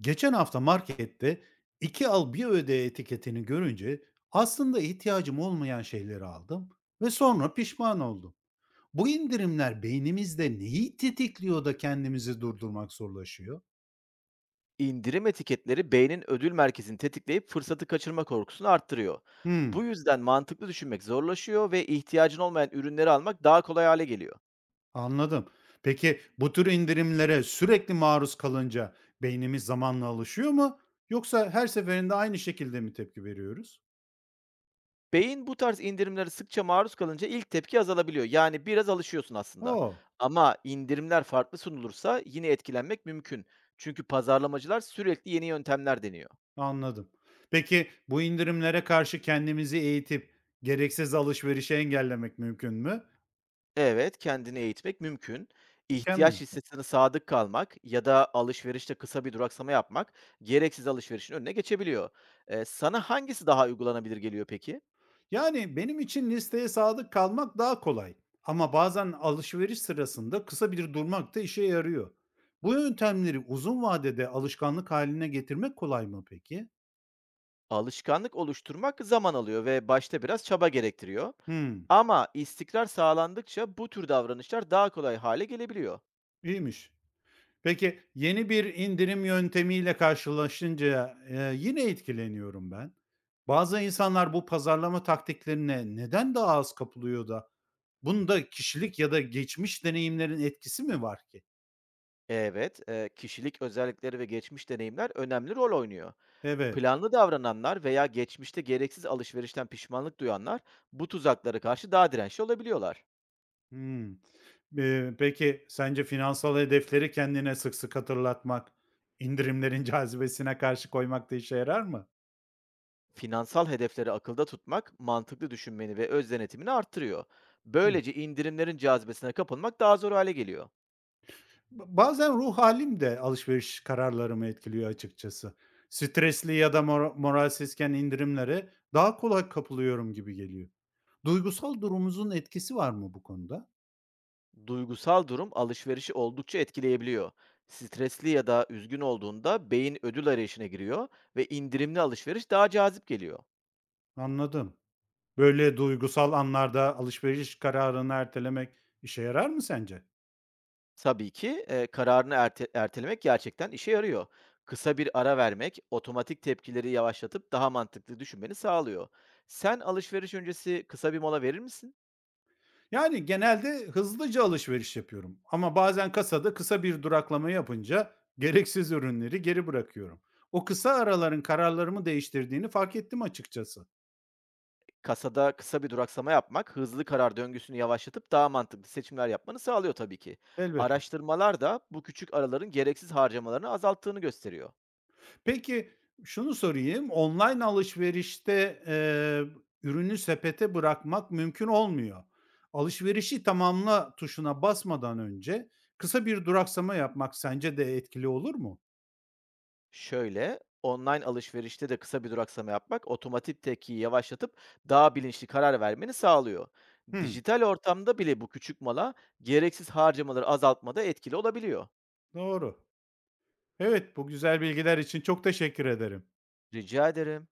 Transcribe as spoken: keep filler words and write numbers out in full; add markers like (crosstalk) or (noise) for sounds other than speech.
Geçen hafta markette iki al bir öde etiketini görünce aslında ihtiyacım olmayan şeyleri aldım ve sonra pişman oldum. Bu indirimler beynimizde neyi tetikliyor da kendimizi durdurmak zorlaşıyor? İndirim etiketleri beynin ödül merkezini tetikleyip fırsatı kaçırma korkusunu arttırıyor. Hmm, Bu yüzden mantıklı düşünmek zorlaşıyor ve ihtiyacın olmayan ürünleri almak daha kolay hale geliyor. anladım. Peki bu tür indirimlere sürekli maruz kalınca beynimiz zamanla alışıyor mu? Yoksa her seferinde aynı şekilde mi tepki veriyoruz? Beyin bu tarz indirimlere sıkça maruz kalınca ilk tepki azalabiliyor. Yani biraz alışıyorsun aslında. Oo. Ama indirimler farklı sunulursa yine etkilenmek mümkün. Çünkü pazarlamacılar sürekli yeni yöntemler deniyor. Anladım. Peki bu indirimlere karşı kendimizi eğitip gereksiz alışverişi engellemek mümkün mü? Evet, kendini eğitmek mümkün. Mükemmel. İhtiyaç listesine sadık kalmak ya da alışverişte kısa bir duraksama yapmak gereksiz alışverişin önüne geçebiliyor. Eee, sana hangisi daha uygulanabilir geliyor peki? Yani benim için listeye sadık kalmak daha kolay. Ama bazen alışveriş sırasında kısa bir durmak da işe yarıyor. Bu yöntemleri uzun vadede alışkanlık haline getirmek kolay mı peki? Alışkanlık oluşturmak zaman alıyor ve başta biraz çaba gerektiriyor. Hmm, Ama istikrar sağlandıkça bu tür davranışlar daha kolay hale gelebiliyor. iyiymiş. Peki, yeni bir indirim yöntemiyle karşılaşınca, eee, yine etkileniyorum ben. Bazı insanlar bu pazarlama taktiklerine neden daha az kapılıyor da bunda kişilik ya da geçmiş deneyimlerin etkisi mi var ki? Evet, eee, kişilik özellikleri ve geçmiş deneyimler önemli rol oynuyor. Evet. Planlı davrananlar veya geçmişte gereksiz alışverişten pişmanlık duyanlar bu tuzaklara karşı daha dirençli olabiliyorlar. Hımm. Eee, peki sence finansal hedefleri kendine sık sık hatırlatmak, indirimlerin (laughs) cazibesine karşı koymak da işe yarar mı? Finansal hedefleri akılda tutmak mantıklı düşünmeni ve öz denetimini arttırıyor. Böylece indirimlerin cazibesine kapılmak daha zor hale geliyor. Ba bazen ruh halim de alışveriş kararlarımı etkiliyor açıkçası. Stresli ya da mora moralsizken indirimlere daha kolay kapılıyorum gibi geliyor. Duygusal durumumuzun etkisi var mı bu konuda? Duygusal durum alışverişi oldukça etkileyebiliyor. Stresli ya da üzgün olduğunda beyin ödül arayışına giriyor ve indirimli alışveriş daha cazip geliyor. Anladım. Böyle duygusal anlarda alışveriş kararını ertelemek işe yarar mı sence? Tabii ki, eee, kararını erte ertelemek gerçekten işe yarıyor. Kısa bir ara vermek, otomatik tepkileri yavaşlatıp daha mantıklı düşünmeni sağlıyor. Sen alışveriş öncesi kısa bir mola verir misin? Yani genelde hızlıca alışveriş yapıyorum ama bazen kasada kısa bir duraklama yapınca gereksiz ürünleri geri bırakıyorum. O kısa araların kararlarımı değiştirdiğini fark ettim açıkçası. Kasada kısa bir duraksama yapmak, hızlı karar döngüsünü yavaşlatıp daha mantıklı seçimler yapmanı sağlıyor tabii ki. Elbette. Araştırmalar da bu küçük araların gereksiz harcamalarını azalttığını gösteriyor. Peki, şunu sorayım, online alışverişte, eee, ürünü sepete bırakmak mümkün olmuyor. Alışverişi tamamla tuşuna basmadan önce kısa bir duraksama yapmak sence de etkili olur mu? Şöyle, online alışverişte de kısa bir duraksama yapmak otomatik tepkiyi yavaşlatıp daha bilinçli karar vermeni sağlıyor. Hımm, Dijital ortamda bile bu küçük mola gereksiz harcamaları azaltmada etkili olabiliyor. doğru. Evet, bu güzel bilgiler için çok teşekkür ederim. Rica ederim.